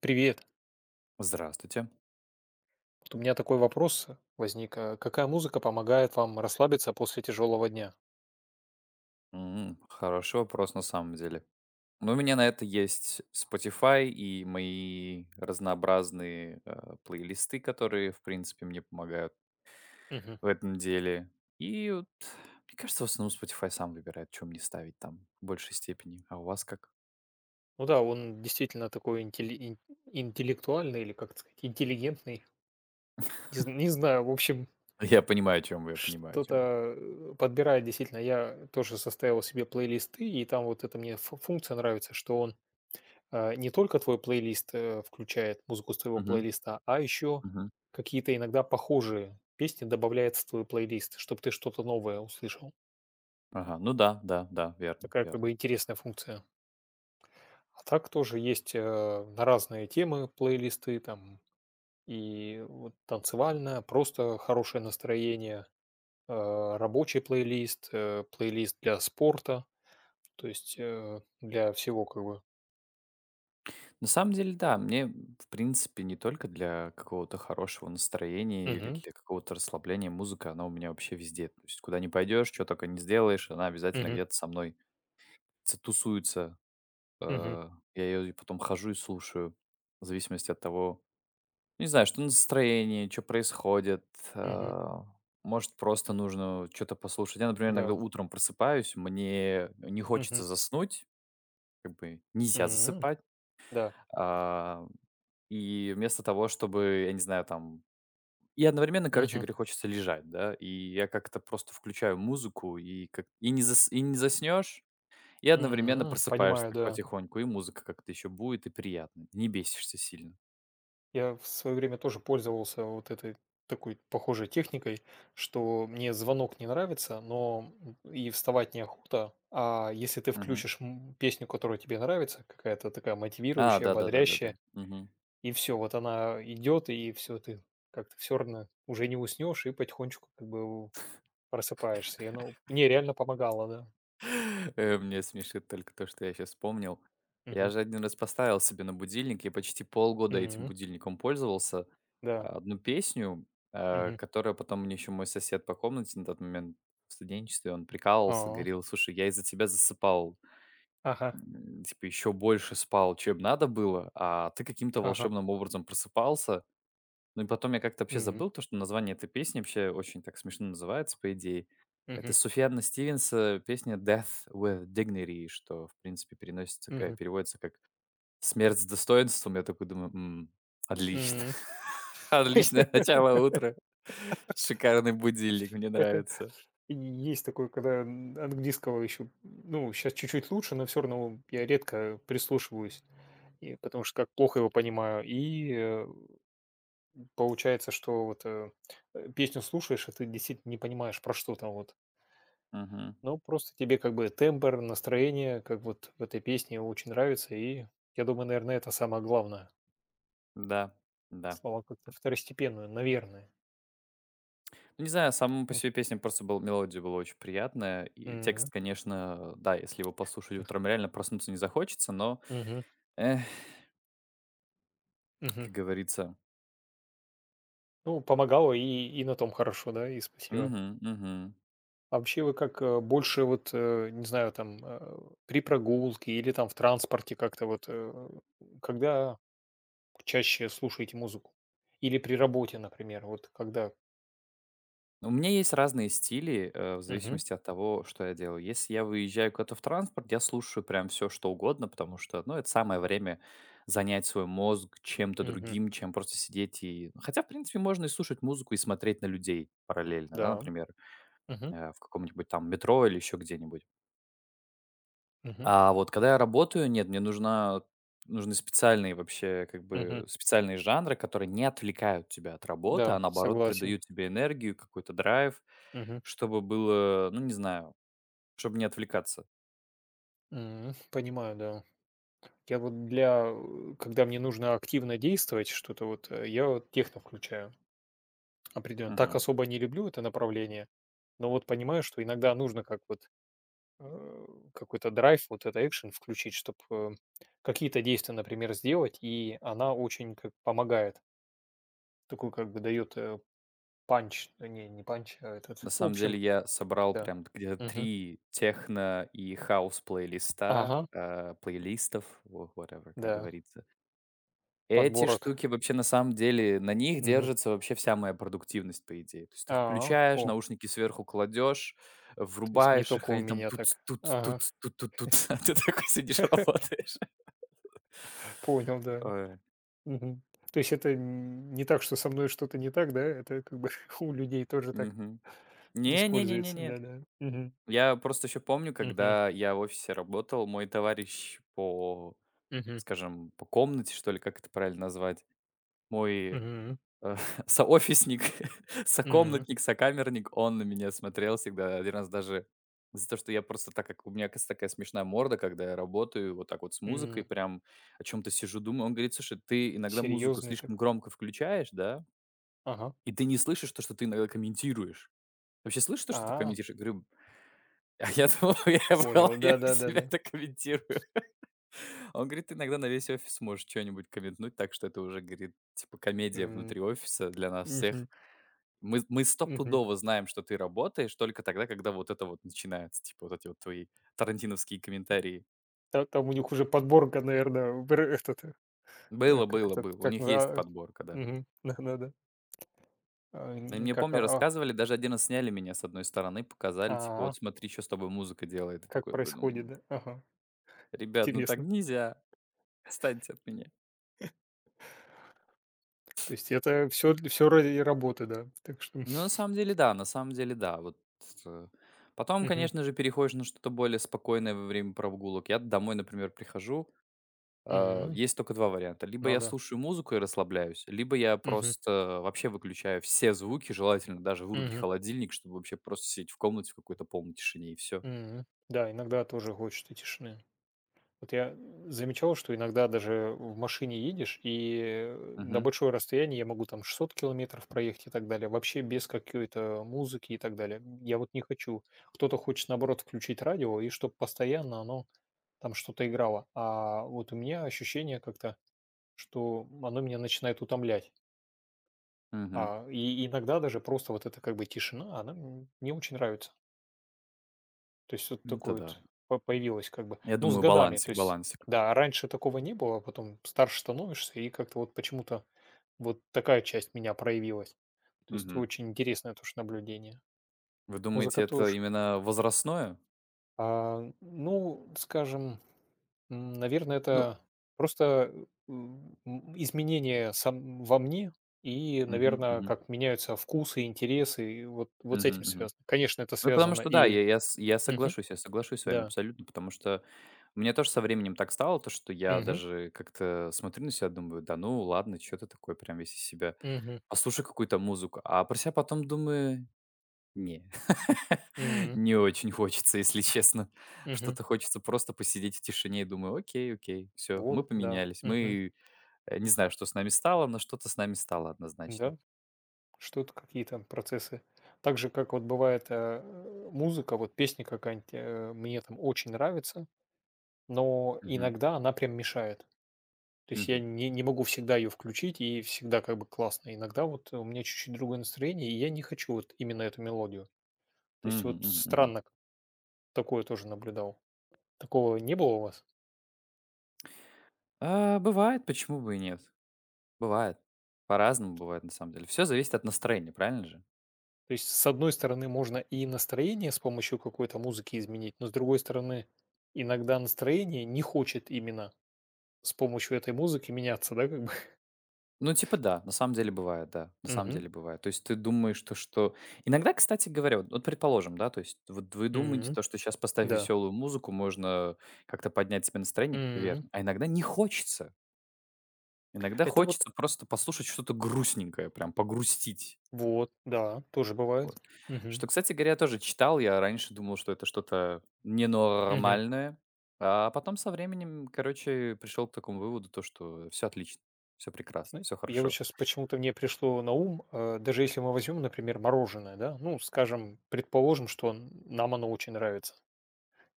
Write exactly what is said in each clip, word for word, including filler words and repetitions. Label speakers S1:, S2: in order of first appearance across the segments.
S1: Привет.
S2: Здравствуйте.
S1: Вот у меня такой вопрос возник. а Какая музыка помогает вам расслабиться после тяжелого дня?
S2: М, Хороший вопрос на самом деле. Ну, у меня на это есть Spotify и мои разнообразные э, плейлисты, которые, в принципе, мне помогают
S1: Мгм.
S2: в этом деле. И вот, мне кажется, в основном Spotify сам выбирает, что мне ставить там в большей степени. А у вас как?
S1: Ну да, он действительно такой интелли- ин- интеллектуальный, или, как это сказать, интеллигентный. Не, зн- не знаю, в общем,
S2: Я понимаю, о чем вы, я понимаю, о чем.
S1: что-то э, подбирает действительно. Я тоже составил себе плейлисты, и там вот эта мне фу- функция нравится, что он э, не только твой плейлист э, включает музыку с твоего
S2: Мгм,
S1: плейлиста, а еще
S2: мгм.
S1: какие-то иногда похожие песни добавляет в твой плейлист, чтобы ты что-то новое услышал.
S2: Ага, ну да, да, да, верно,
S1: Такая как
S2: верно.
S1: бы интересная функция. А так тоже есть, э, на разные темы плейлисты там. И вот танцевальная, просто хорошее настроение, э, рабочий плейлист, э, плейлист для спорта, то есть, э, для всего как бы.
S2: На самом деле, да, мне, в принципе, не только для какого-то хорошего настроения или
S1: Мгм.
S2: для какого-то расслабления музыка, она у меня вообще везде. То есть куда ни пойдешь, что только не сделаешь, она обязательно
S1: Мгм.
S2: где-то со мной ц- тусуется.
S1: Мгм.
S2: Э, Я ее потом хожу и слушаю, в зависимости от того, не знаю, что настроение, что происходит.
S1: Мгм.
S2: э, Может, просто нужно что-то послушать. Я, например, иногда
S1: Да.
S2: утром просыпаюсь, мне не
S1: Мгм.
S2: хочется заснуть, как бы нельзя
S1: М.
S2: засыпать,
S1: Да.
S2: а, и вместо того, чтобы, я не знаю, там и одновременно, короче
S1: Мгм.
S2: говоря, хочется лежать, да, и я как-то просто включаю музыку, и как и не зас и не заснешь, и одновременно
S1: М.
S2: просыпаешься
S1: Понимаю,
S2: так
S1: да.
S2: потихоньку, и музыка как-то еще будет, и приятно, не бесишься сильно.
S1: Я в свое время тоже пользовался вот этой такой похожей техникой, что мне звонок не нравится, но и вставать неохота. А если ты
S2: Мгм.
S1: включишь м, песню, которая тебе нравится, какая-то такая
S2: А,
S1: мотивирующая,
S2: да-да-да-да-да.
S1: бодрящая, и все, вот она идет, и все, ты как-то все равно уже не уснешь и потихонечку как бы просыпаешься. И оно мне реально помогало, да.
S2: Э, Мне смешит только то, что я сейчас вспомнил. Я
S1: Мгм.
S2: же один раз поставил себе на будильник, я почти полгода этим
S1: М.
S2: будильником пользовался.
S1: Да.
S2: а, Одну песню, э,
S1: Мгм.
S2: которая потом мне еще мой сосед по комнате на тот момент в студенчестве, он прикалывался,
S1: А.
S2: говорил, слушай, я из-за тебя засыпал,
S1: Ага.
S2: м, типа еще больше спал, чем надо было, а ты каким-то
S1: Ага.
S2: волшебным образом просыпался, ну и потом я как-то вообще
S1: М,
S2: забыл то, что название этой песни вообще очень так смешно называется, по идее. Это
S1: мгм,
S2: Суфьяна Стивенса песня "Death with Dignity", что, в принципе, переносится к э,
S1: мгм,
S2: переводится как "Смерть с достоинством". Я такой думаю: "М, отлично.
S1: м.
S2: Отличное начало утра. Шикарный будильник, мне
S1: Это
S2: нравится".
S1: И есть такое, когда н английского еще, ну, сейчас чуть-чуть лучше, но все равно я редко прислушиваюсь, и потому что как плохо его понимаю. И, э, получается, что вот, э, э, песню слушаешь, и ты действительно не понимаешь, про что там вот.
S2: Мгм.
S1: Но просто тебе как бы тембр, настроение, как вот в этой песне, очень нравится. И я думаю, наверное, это самое главное.
S2: Да, да.
S1: Слова как-то второстепенные, наверное.
S2: Ну, не знаю, сама по
S1: М,
S2: себе песня, просто была мелодия, была очень приятная. И текст,
S1: м.
S2: конечно, да, если его послушать утром, реально проснуться не захочется, но,
S1: Мгм,
S2: э,
S1: мгм.
S2: как говорится.
S1: Ну, помогало, и и на том хорошо, да, и спасибо.
S2: Мгм, мгм.
S1: А вообще вы как, э, больше вот, э, не знаю, там, э, при прогулке или там в транспорте как-то вот, э, когда чаще слушаете музыку? Или при работе, например, вот когда?
S2: У меня есть разные стили, э, в
S1: Мгм,
S2: зависимости от того, что я делаю. Если я выезжаю куда-то в транспорт, я слушаю прям все, что угодно, потому что, ну, это самое время занять свой мозг чем-то
S1: мгм,
S2: другим, чем просто сидеть и, ну, хотя, в принципе, можно и слушать музыку, и смотреть на людей параллельно, да,
S1: да,
S2: например,
S1: мгм,
S2: э, в каком-нибудь там метро или еще где-нибудь.
S1: мгм,
S2: А вот когда я работаю, нет, мне нужна нужны специальные вообще, как
S1: мгм,
S2: бы, специальные жанры, которые не отвлекают тебя от работы, а
S1: да,
S2: наоборот
S1: согласен,
S2: придают тебе энергию, какой-то драйв,
S1: мгм,
S2: чтобы было, ну, не знаю, чтобы не отвлекаться.
S1: м, понимаю, да. Я вот для, э, когда мне нужно активно действовать что-то, вот, э, я вот техно включаю определенно. Так
S2: Мгм.
S1: особо не люблю это направление, но вот понимаю, что иногда нужно как вот э, какой-то драйв, вот это экшен включить, чтобы какие-то действия, например, сделать, и она очень как помогает. Такой как бы дает э, панч, э, не, не панч, а
S2: На
S1: этот. В
S2: самом деле
S1: общем,
S2: я собрал
S1: да.
S2: прям где-то
S1: Мгм.
S2: три техно и хаус плейлиста,
S1: Ага,
S2: э, плейлистов, во whatever, как
S1: да,
S2: говорится. Эти
S1: подборок.
S2: штуки вообще, на самом деле, на них
S1: Мгм.
S2: держится вообще вся моя продуктивность, по идее. То есть ты их
S1: А,
S2: включаешь,
S1: о,
S2: наушники сверху кладешь, э,
S1: то есть не
S2: врубаешь их,
S1: только у
S2: они там
S1: меня
S2: тут
S1: так.
S2: тут тут
S1: Ага,
S2: тут тут тут а ты такой сидишь, работаешь.
S1: понял, да.
S2: Ой,
S1: Мгм. То есть это н- не так, что со мной что-то не так, да? Это как бы у людей тоже так
S2: мгм. Не, не, не, не,
S1: используется,
S2: не.
S1: да-да. Мгм.
S2: Я просто еще помню,
S1: Мгм.
S2: когда я в офисе работал, мой товарищ по,
S1: Мгм.
S2: скажем, по комнате, что ли, как это правильно назвать, мой
S1: Мгм.
S2: Э, соофисник,
S1: М.
S2: сокомнатник, сокамерник, он на меня смотрел всегда. Один раз даже за то, что я просто так, как у меня кс- такая смешная морда, когда я работаю вот так вот с музыкой,
S1: М,
S2: прям о чем-то сижу, думаю. Он говорит: "Слушай, ты иногда музыку
S1: серьёзный
S2: слишком
S1: так.
S2: громко включаешь, да,
S1: Ага.
S2: и ты не слышишь то, что ты иногда комментируешь. Вообще слышишь то, что ты
S1: А,
S2: комментируешь?" Я говорю, а я думал, я в
S1: понял.
S2: голове у себя
S1: Да-да-да-да.
S2: это комментирую. Он говорит, ты иногда на весь офис можешь что-нибудь комментнуть, так что это уже, говорит, типа комедия
S1: М,
S2: внутри офиса для нас всех.
S1: мгм,
S2: Мы мы
S1: мгм.
S2: стопудово знаем, что ты работаешь только тогда, когда вот это вот начинается, типа вот эти вот твои тарантиновские комментарии.
S1: Та там у них уже подборка, наверное, этот, э,
S2: Было,
S1: как
S2: было,
S1: этот,
S2: было. У
S1: как
S2: них есть
S1: на.
S2: подборка, да.
S1: Мгм. Да-да-да. А,
S2: Они
S1: н
S2: мне,
S1: как,
S2: помню,
S1: а,
S2: рассказывали, даже один раз сняли меня с одной стороны, показали, типа,
S1: а,
S2: вот
S1: а,
S2: смотри, чё с тобой музыка делает. И
S1: как
S2: такой: "Блин,
S1: происходит,
S2: ну,
S1: да? Ага,
S2: ребят, ну так
S1: интересно.
S2: нельзя, отстаньте от меня".
S1: То есть это все все ради работы, да? Так что.
S2: Ну, на самом деле, да, на самом деле, да. Вот, э. Потом,
S1: Мгм.
S2: конечно же, переходишь на что-то более спокойное во время прогулок. Я домой, например, прихожу. Э,
S1: М,
S2: есть только два варианта: либо я
S1: надо.
S2: слушаю музыку и расслабляюсь, либо я
S1: Мгм,
S2: просто вообще выключаю все звуки, желательно даже вырубить
S1: мгм,
S2: холодильник, чтобы вообще просто сидеть в комнате в какой-то полной тишине, и все.
S1: м. Да, иногда тоже хочется тишины. Вот я замечал, что иногда даже в машине едешь, и на
S2: Угу,
S1: большое расстояние я могу там шестьсот километров проехать и так далее, вообще без какой-то музыки и так далее. Я вот не хочу. Кто-то хочет, наоборот, включить радио, и чтобы постоянно оно там что-то играло. А вот у меня ощущение как-то, что оно меня начинает утомлять.
S2: угу.
S1: А, и иногда даже просто вот эта как бы тишина, она м- мне очень нравится. То есть вот
S2: Это
S1: такое
S2: да.
S1: вот по появилось как бы.
S2: Я
S1: Ну, с
S2: думаю,
S1: годами, то
S2: балансик,
S1: есть,
S2: балансик.
S1: да, раньше такого не было, а потом старше становишься, и как-то вот почему-то вот такая часть меня проявилась. То есть
S2: Мгм.
S1: очень интересное тоже наблюдение.
S2: Вы думаете,
S1: Музыка
S2: это
S1: тоже.
S2: именно возрастное?
S1: А, ну, скажем, м, наверное,
S2: Ну,
S1: это просто м, м, изменение сам во мне и,
S2: угу,
S1: наверное,
S2: угу,
S1: как меняются вкусы, интересы, и вот,
S2: угу,
S1: вот с этим
S2: мгм.
S1: связано. Конечно, это
S2: Ну, потому
S1: связано
S2: что да,
S1: и...
S2: я я с я
S1: Мгм.
S2: соглашусь я соглашусь с вами
S1: Да.
S2: абсолютно, потому что мне тоже со временем так стало, то что я
S1: Мгм.
S2: даже как-то смотрю на себя, думаю: "Да ну ладно, что ты такой прям весь из себя,
S1: Мгм.
S2: послушай какую-то музыку". А про себя потом думаю: "Не,
S1: М.
S2: не очень хочется, если честно".
S1: Мгм.
S2: Что-то хочется просто посидеть в тишине, и думаю: "Окей, окей, все,
S1: Вот,
S2: мы
S1: да.
S2: поменялись,
S1: Мгм.
S2: мы, э, не знаю, что с нами стало, но что-то с нами стало однозначно".
S1: Да, что-то какие-то процессы. Так же, как вот бывает э, музыка, вот песня какая-нибудь э, мне там очень нравится, но
S2: Мгм,
S1: иногда она прям мешает. То есть я
S2: мгм,
S1: не, не могу всегда ее включить, и всегда как бы классно. Иногда вот у меня чуть-чуть другое настроение, и я не хочу вот именно эту мелодию. То есть
S2: мгм,
S1: вот
S2: мгм, мгм.
S1: странно, такое тоже наблюдал. Такого не было у вас?
S2: А, бывает, почему бы и нет. Бывает. По-разному бывает, на самом деле. Все зависит от настроения, правильно же?
S1: То есть, с одной стороны, можно и настроение с помощью какой-то музыки изменить, но с другой стороны, иногда настроение не хочет именно с помощью этой музыки меняться, да, как бы.
S2: Ну, типа, да, на самом деле бывает, да. На самом
S1: Мгм.
S2: деле бывает. То есть ты думаешь, то, что иногда, кстати говоря, вот вот предположим, да, то есть вот вы думаете,
S1: М.
S2: то, что сейчас поставь
S1: Да.
S2: веселую музыку, можно как-то поднять себе настроение.
S1: М.
S2: Верно. А иногда не хочется. Иногда
S1: Это вот
S2: хочется просто послушать что-то грустненькое, прям погрустить.
S1: вот, да, тоже бывает. Мгм.
S2: Что, кстати говоря, тоже читал. Я раньше думал, что это что-то
S1: Мгм.
S2: ненормальное, а потом со временем, короче, пришел к такому выводу, то, что все отлично, все прекрасно,
S1: Зна
S2: все
S1: Я вот
S2: хорошо.
S1: сейчас почему-то мне пришло на ум, э, даже если мы возьмем, например, мороженое, да, ну, скажем, предположим, что н- нам оно очень нравится.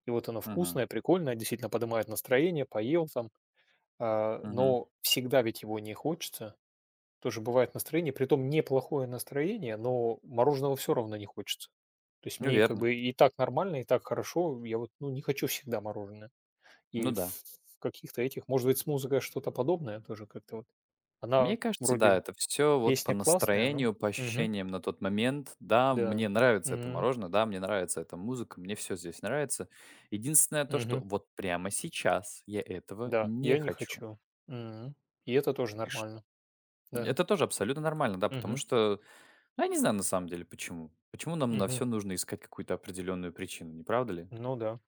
S1: И вот оно
S2: Мгм,
S1: вкусное, прикольное, действительно поднимает настроение, поел там. А,
S2: мгм.
S1: но всегда ведь его не хочется. Тоже бывает настроение, притом неплохое настроение, но мороженого все равно не хочется. То есть
S2: Ну,
S1: мне как
S2: верно.
S1: бы и так нормально, и так хорошо. Я вот, ну, не хочу всегда мороженое.
S2: Ну
S1: И в
S2: да.
S1: в каких-то этих, может быть, с музыкой что-то подобное тоже как-то вот.
S2: Мне
S1: Она
S2: кажется, да,
S1: вроде
S2: это все вот по
S1: песня классная, но.
S2: настроению, по
S1: Мгм.
S2: ощущениям на тот момент. Да,
S1: Да.
S2: мне нравится это
S1: Мгм.
S2: мороженое, да, мне нравится эта музыка, мне все здесь нравится. Единственное то, что
S1: Мгм.
S2: вот прямо сейчас я этого
S1: Да,
S2: не
S1: я не
S2: хочу.
S1: хочу. Мгм. И это тоже
S2: И ш
S1: нормально. Да.
S2: Это тоже абсолютно нормально, да, потому
S1: Мгм.
S2: что а я не знаю на самом деле почему. Почему нам на
S1: Мгм.
S2: все нужно искать какую-то определенную причину, не правда ли?
S1: Ну да.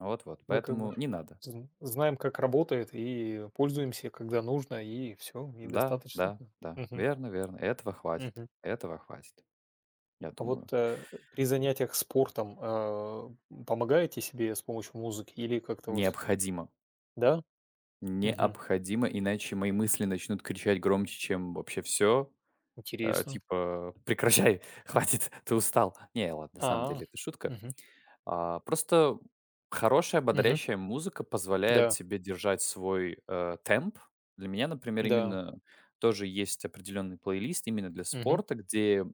S2: Вот-вот,
S1: Мы как бы
S2: поэтому не надо.
S1: зн знаем, как работает, и пользуемся, когда нужно, и все и
S2: Да,
S1: достаточно.
S2: да, да,
S1: Мгм,
S2: верно, верно, этого хватит,
S1: мгм.
S2: этого хватит, я
S1: А
S2: думаю.
S1: вот, э, при занятиях спортом, а, помогаете себе с помощью музыки или как-то вот.
S2: Необходимо,
S1: Да? Мгм.
S2: необходимо, иначе мои мысли начнут кричать громче, чем вообще все.
S1: Интересно.
S2: Типа: "Прекращай, хватит, ты устал". Не, ладно, на самом
S1: А.
S2: деле это шутка.
S1: Мгм,
S2: А, просто хорошая
S1: мгм.
S2: бодрящая музыка позволяет
S1: Да,
S2: тебе держать свой, э, темп. Для меня, например,
S1: да.
S2: именно тоже есть определенный плейлист именно для
S1: Мгм.
S2: спорта, где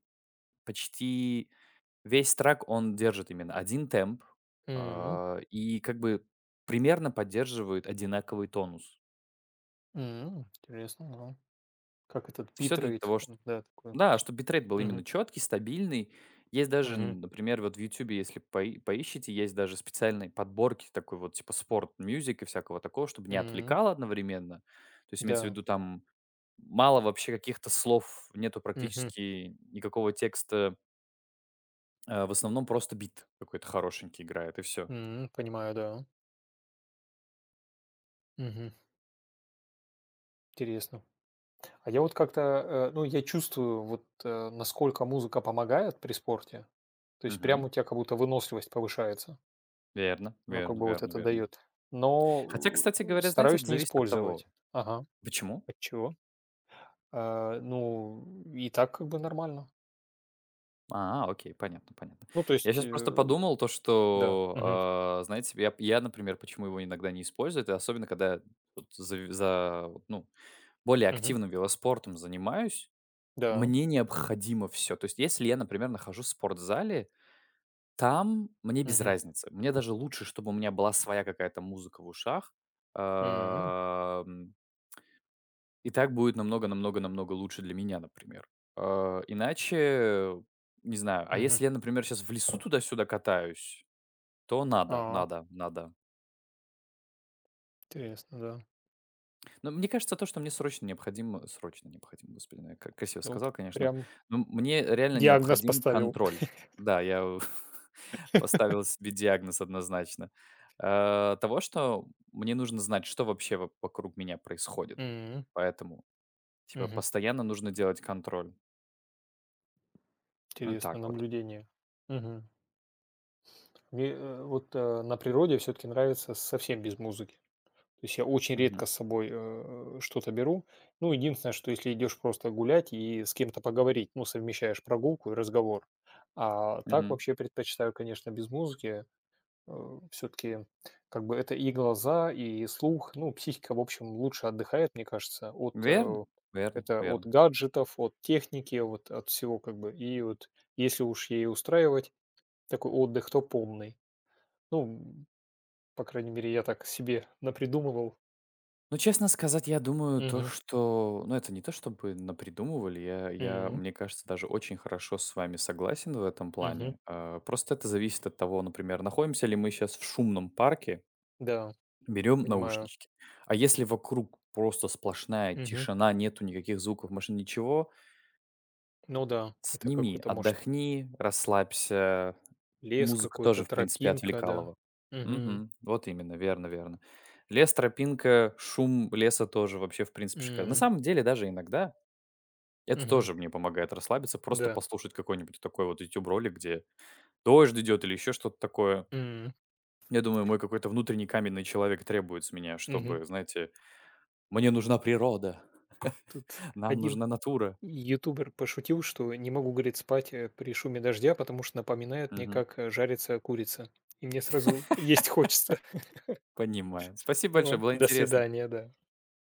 S2: почти весь трек он держит именно один темп,
S1: М,
S2: а, и как бы примерно поддерживает одинаковый тонус.
S1: м. Интересно, да. Как этот
S2: Все для
S1: битрейт,
S2: того,
S1: там,
S2: чтобы
S1: да, такой.
S2: да, чтобы битрейт был
S1: Мгм,
S2: именно четкий, стабильный. Есть даже,
S1: мгм,
S2: н например, вот в "Ютубе", если пои поищите, есть даже специальные подборки такой вот типа спорт мьюзик и всякого такого, чтобы не
S1: м.
S2: отвлекало одновременно. То есть имеется в
S1: Да.
S2: виду, там мало вообще каких-то слов, нету
S1: Мгм,
S2: практически никакого текста, э, в основном просто бит какой-то хорошенький играет, и все.
S1: м. Понимаю, да. Мгм. Интересно. А я вот как-то, э, ну, я чувствую, вот, э, насколько музыка помогает при спорте. То есть прямо у тебя как будто выносливость повышается.
S2: Верно,
S1: Ну, как
S2: верно,
S1: бы вот
S2: верно,
S1: это
S2: верно.
S1: дает.
S2: Хотя,
S1: Но
S2: кстати
S1: э,
S2: говоря, знаете, это
S1: стараюсь не
S2: зависит от того.
S1: использовать. Ага.
S2: Почему?
S1: Отчего? А, ну, и так как бы нормально.
S2: А, окей, понятно, понятно.
S1: Ну, то
S2: Я
S1: есть,
S2: сейчас просто
S1: э,
S2: подумал то,
S1: да.
S2: что,
S1: Мгм.
S2: а, знаете, я я, например, почему его иногда не использую, это особенно когда вот за за вот, ну, более
S1: Мгм.
S2: активным велоспортом занимаюсь,
S1: Да.
S2: мне необходимо все. То есть если я, например, нахожусь в спортзале, там мне без
S1: Мгм.
S2: разницы. Мне даже лучше, чтобы у меня была своя какая-то музыка в ушах.
S1: М.
S2: И так будет намного, намного, намного лучше для меня, например. А, иначе, не знаю, а
S1: Мгм.
S2: если я, например, сейчас в лесу туда-сюда катаюсь, то надо,
S1: А,
S2: надо, надо.
S1: интересно, да.
S2: Но мне кажется, то, что мне срочно необходимо срочно необходимо, господи, ну я как красиво
S1: Ну,
S2: сказал, конечно,
S1: прям
S2: но мне реально
S1: диагноз
S2: необходим
S1: поставил.
S2: контроль. Да, я у поставил себе диагноз однозначно. А, того, что мне нужно знать, что вообще во вокруг меня происходит.
S1: М.
S2: Поэтому, типа,
S1: Мгм.
S2: постоянно нужно делать контроль. М,
S1: Интересное
S2: так вот.
S1: наблюдение. Мгм. Мне, э, вот, э, на природе все-таки нравится совсем без музыки. То есть я очень
S2: Мгм,
S1: редко с собой э, что-то беру. Ну, единственное, что если идешь просто гулять и с кем-то поговорить, ну, совмещаешь прогулку и разговор. А так
S2: мгм.
S1: вообще предпочитаю, конечно, без музыки. Все-таки как бы это и глаза, и слух. Ну, психика, в общем, лучше отдыхает, мне кажется, от
S2: Верно,
S1: э,
S2: верно,
S1: это от
S2: верно.
S1: гаджетов, от техники, вот от всего как бы. И вот если уж ей устраивать такой отдых, то полный, ну, по крайней мере, я так себе напридумывал.
S2: Ну, честно сказать, я думаю, то,
S1: Мгм.
S2: что ну, это не то, чтобы напридумывали. Я я,
S1: Мгм.
S2: мне кажется, даже очень хорошо с вами согласен в этом
S1: Мгм.
S2: плане. А, просто это зависит от того, например, находимся ли мы сейчас в шумном парке,
S1: Да,
S2: берем
S1: понимаю.
S2: наушнички. А если вокруг просто сплошная
S1: Мгм.
S2: тишина, нету никаких звуков машин, ничего,
S1: Ну да, это
S2: сними,
S1: какой-то, может,
S2: отдохни, расслабься.
S1: лес
S2: Музыка тоже,
S1: какой-то,
S2: в принципе,
S1: тропинка,
S2: отвлекала
S1: да.
S2: его.
S1: Мгм.
S2: Мгм. Вот именно, верно, верно. Лес, тропинка, шум леса тоже вообще, в принципе, шикарно. На
S1: М.
S2: самом деле, даже иногда это
S1: Мгм.
S2: тоже мне помогает расслабиться, просто
S1: Да.
S2: послушать какой-нибудь такой вот YouTube-ролик, где дождь идет или еще что-то такое.
S1: М.
S2: Я думаю, мой какой-то внутренний каменный человек требует с меня,
S1: Мгм.
S2: чтобы, знаете, мне нужна природа,
S1: Тут
S2: нам
S1: один
S2: нужна натура.
S1: ютубер пошутил, что не могу, говорит, спать, э, при шуме дождя, потому что напоминает мне,
S2: Мгм.
S1: как, э, жарится курица. И мне сразу есть хочется.
S2: Понимаю. Спасибо большое,
S1: Вот.
S2: было
S1: До
S2: интересно.
S1: свидания, да.